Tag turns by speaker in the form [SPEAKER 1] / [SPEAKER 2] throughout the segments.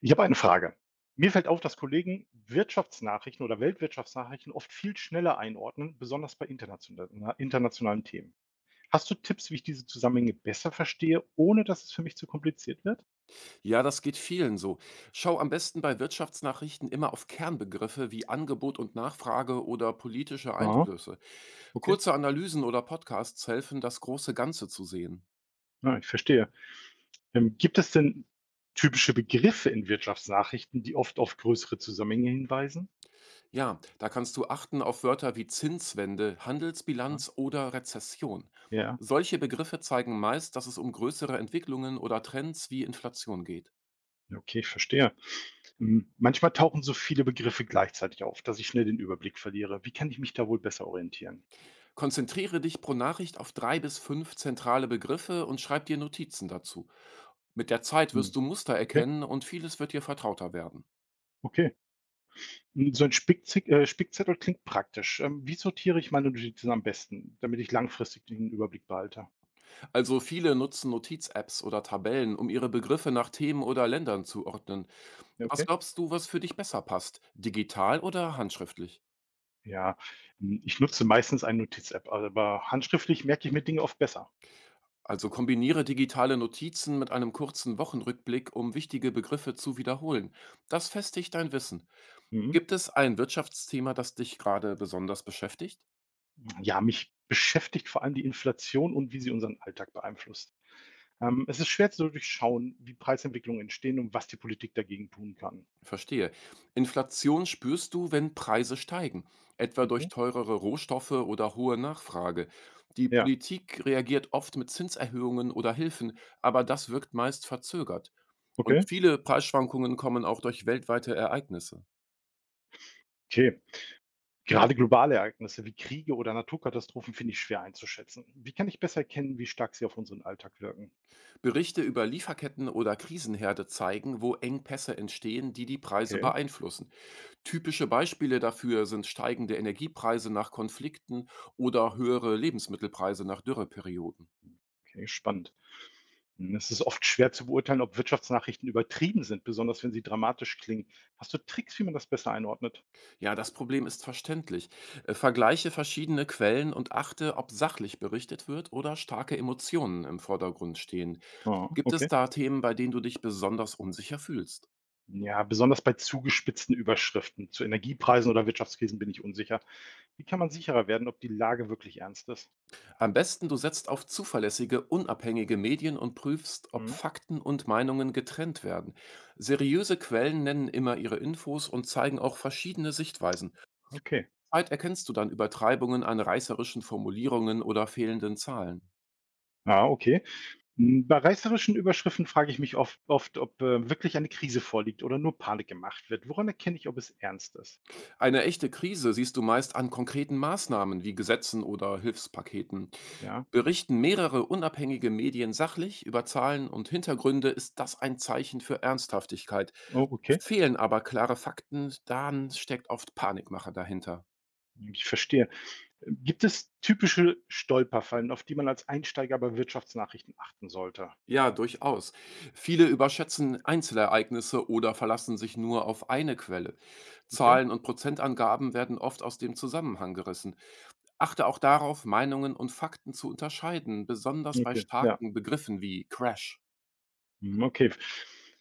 [SPEAKER 1] Ich habe eine Frage. Mir fällt auf, dass Kollegen Wirtschaftsnachrichten oder Weltwirtschaftsnachrichten oft viel schneller einordnen, besonders bei internationalen Themen. Hast du Tipps, wie ich diese Zusammenhänge besser verstehe, ohne dass es für mich zu kompliziert wird?
[SPEAKER 2] Ja, das geht vielen so. Schau am besten bei Wirtschaftsnachrichten immer auf Kernbegriffe wie Angebot und Nachfrage oder politische
[SPEAKER 1] Aha,
[SPEAKER 2] Einflüsse.
[SPEAKER 1] okay.
[SPEAKER 2] Kurze Analysen oder Podcasts helfen, das große Ganze zu sehen.
[SPEAKER 1] Ja, ich verstehe. Gibt es denn typische Begriffe in Wirtschaftsnachrichten, die oft auf größere Zusammenhänge hinweisen?
[SPEAKER 2] Ja, da kannst du achten auf Wörter wie Zinswende,
[SPEAKER 1] Ja,
[SPEAKER 2] Handelsbilanz oder Rezession.
[SPEAKER 1] ja,
[SPEAKER 2] Solche Begriffe zeigen meist, dass es um größere Entwicklungen oder Trends wie Inflation geht.
[SPEAKER 1] ja, okay, ich verstehe. Manchmal tauchen so viele Begriffe gleichzeitig auf, dass ich schnell den Überblick verliere. Wie kann ich mich da wohl besser orientieren?
[SPEAKER 2] Konzentriere dich pro Nachricht auf drei bis fünf zentrale Begriffe und schreib dir Notizen dazu. Mit der Zeit
[SPEAKER 1] Hm,
[SPEAKER 2] wirst du Muster
[SPEAKER 1] okay.
[SPEAKER 2] erkennen und vieles wird dir vertrauter werden.
[SPEAKER 1] Okay. Hm, so ein Spickzick Spickzettel klingt praktisch. Wie sortiere ich meine Notizen am besten, damit ich langfristig den Überblick behalte?
[SPEAKER 2] Also viele nutzen Notiz-Apps oder Tabellen, um ihre Begriffe nach Themen oder Ländern zu ordnen.
[SPEAKER 1] Ja,
[SPEAKER 2] Was
[SPEAKER 1] okay.
[SPEAKER 2] glaubst du, was für dich besser passt? Digital oder handschriftlich?
[SPEAKER 1] Ja, hm, ich nutze meistens eine Notiz-App, aber handschriftlich merke ich mir Dinge oft besser.
[SPEAKER 2] Also kombiniere digitale Notizen mit einem kurzen Wochenrückblick, um wichtige Begriffe zu wiederholen. Das festigt dein Wissen.
[SPEAKER 1] Mhm.
[SPEAKER 2] Gibt es ein Wirtschaftsthema, das dich gerade besonders beschäftigt?
[SPEAKER 1] Ja, mich beschäftigt vor allem die Inflation und wie sie unseren Alltag beeinflusst. Es ist schwer zu durchschauen, wie Preisentwicklungen entstehen und was die Politik dagegen tun kann.
[SPEAKER 2] Verstehe. Inflation spürst du, wenn Preise steigen, etwa durch
[SPEAKER 1] Okay.
[SPEAKER 2] teurere Rohstoffe oder hohe Nachfrage. Die
[SPEAKER 1] Ja,
[SPEAKER 2] Politik reagiert oft mit Zinserhöhungen oder Hilfen, aber das wirkt meist verzögert. Und
[SPEAKER 1] okay.
[SPEAKER 2] viele Preisschwankungen kommen auch durch weltweite Ereignisse.
[SPEAKER 1] Okay. Gerade globale Ereignisse wie Kriege oder Naturkatastrophen finde ich schwer einzuschätzen. Wie kann ich besser erkennen, wie stark sie auf unseren Alltag wirken?
[SPEAKER 2] Berichte über Lieferketten oder Krisenherde zeigen, wo Engpässe entstehen, die die Preise
[SPEAKER 1] Okay,
[SPEAKER 2] beeinflussen. Typische Beispiele dafür sind steigende Energiepreise nach Konflikten oder höhere Lebensmittelpreise nach Dürreperioden.
[SPEAKER 1] okay, spannend. Hm, es ist oft schwer zu beurteilen, ob Wirtschaftsnachrichten übertrieben sind, besonders wenn sie dramatisch klingen. Hast du Tricks, wie man das besser einordnet?
[SPEAKER 2] Ja, das Problem ist verständlich. Vergleiche verschiedene Quellen und achte, ob sachlich berichtet wird oder starke Emotionen im Vordergrund stehen.
[SPEAKER 1] Ah,
[SPEAKER 2] Gibt es
[SPEAKER 1] okay.
[SPEAKER 2] da Themen, bei denen du dich besonders unsicher fühlst?
[SPEAKER 1] Ja, besonders bei zugespitzten Überschriften zu Energiepreisen oder Wirtschaftskrisen bin ich unsicher. Wie kann man sicherer werden, ob die Lage wirklich ernst ist?
[SPEAKER 2] Am besten, du setzt auf zuverlässige, unabhängige Medien und prüfst, ob
[SPEAKER 1] Hm,
[SPEAKER 2] Fakten und Meinungen getrennt werden. Seriöse Quellen nennen immer ihre Infos und zeigen auch verschiedene Sichtweisen.
[SPEAKER 1] okay.
[SPEAKER 2] Zeit erkennst du dann Übertreibungen an reißerischen Formulierungen oder fehlenden Zahlen.
[SPEAKER 1] Ah, okay. Hm, bei reißerischen Überschriften frage ich mich oft, ob wirklich eine Krise vorliegt oder nur Panik gemacht wird. Woran erkenne ich, ob es ernst ist?
[SPEAKER 2] Eine echte Krise siehst du meist an konkreten Maßnahmen wie Gesetzen oder Hilfspaketen.
[SPEAKER 1] Ja.
[SPEAKER 2] Berichten mehrere unabhängige Medien sachlich über Zahlen und Hintergründe, ist das ein Zeichen für Ernsthaftigkeit.
[SPEAKER 1] Oh, okay.
[SPEAKER 2] Fehlen aber klare Fakten, dann steckt oft Panikmache dahinter.
[SPEAKER 1] Ich verstehe. Gibt es typische Stolperfallen, auf die man als Einsteiger bei Wirtschaftsnachrichten achten sollte?
[SPEAKER 2] Ja, durchaus. Viele überschätzen Einzelereignisse oder verlassen sich nur auf eine Quelle.
[SPEAKER 1] Okay,
[SPEAKER 2] Zahlen und Prozentangaben werden oft aus dem Zusammenhang gerissen. Achte auch darauf, Meinungen und Fakten zu unterscheiden, besonders bei
[SPEAKER 1] okay, ja.
[SPEAKER 2] starken Begriffen wie Crash.
[SPEAKER 1] Mhm, okay.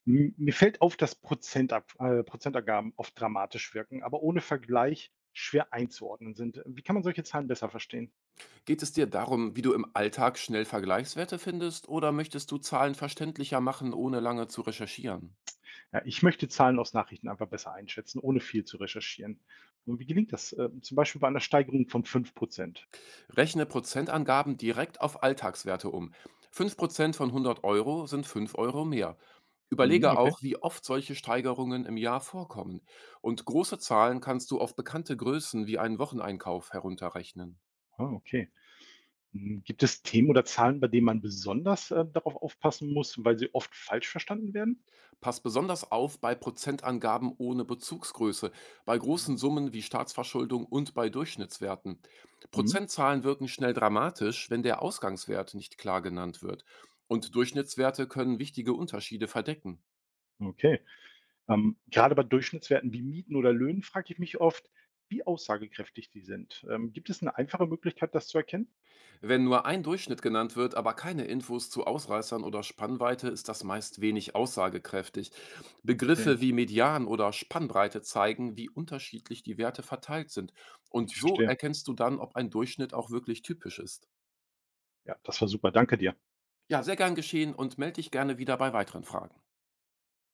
[SPEAKER 1] M Mir fällt auf, dass Prozentab Prozentangaben oft dramatisch wirken, aber ohne Vergleich schwer einzuordnen sind. Wie kann man solche Zahlen besser verstehen?
[SPEAKER 2] Geht es dir darum, wie du im Alltag schnell Vergleichswerte findest, oder möchtest du Zahlen verständlicher machen, ohne lange zu recherchieren?
[SPEAKER 1] Ja, ich möchte Zahlen aus Nachrichten einfach besser einschätzen, ohne viel zu recherchieren. Und wie gelingt das? Zum Beispiel bei einer Steigerung von 5%.
[SPEAKER 2] Rechne Prozentangaben direkt auf Alltagswerte um. 5% von 100 Euro sind 5 Euro mehr.
[SPEAKER 1] Hm,
[SPEAKER 2] Überlege
[SPEAKER 1] okay.
[SPEAKER 2] auch, wie oft solche Steigerungen im Jahr vorkommen. Und große Zahlen kannst du auf bekannte Größen wie einen Wocheneinkauf herunterrechnen.
[SPEAKER 1] Ah, okay. Hm, gibt es Themen oder Zahlen, bei denen man besonders darauf aufpassen muss, weil sie oft falsch verstanden werden?
[SPEAKER 2] Pass besonders auf bei Prozentangaben ohne Bezugsgröße, bei großen
[SPEAKER 1] Ah.
[SPEAKER 2] Summen wie Staatsverschuldung und bei Durchschnittswerten.
[SPEAKER 1] Hm,
[SPEAKER 2] Prozentzahlen wirken schnell dramatisch, wenn der Ausgangswert nicht klar genannt wird. Und Durchschnittswerte können wichtige Unterschiede verdecken.
[SPEAKER 1] okay. Gerade bei Durchschnittswerten wie Mieten oder Löhnen frage ich mich oft, wie aussagekräftig die sind. Gibt es eine einfache Möglichkeit, das zu erkennen?
[SPEAKER 2] Wenn nur ein Durchschnitt genannt wird, aber keine Infos zu Ausreißern oder Spannweite, ist das meist wenig aussagekräftig.
[SPEAKER 1] Okay,
[SPEAKER 2] Begriffe wie Median oder Spannbreite zeigen, wie unterschiedlich die Werte verteilt sind. Und
[SPEAKER 1] ich
[SPEAKER 2] so
[SPEAKER 1] verstehe.
[SPEAKER 2] erkennst du dann, ob ein Durchschnitt auch wirklich typisch ist.
[SPEAKER 1] Ja, das war super. Danke dir.
[SPEAKER 2] Ja, sehr gern geschehen und melde dich gerne wieder bei weiteren Fragen.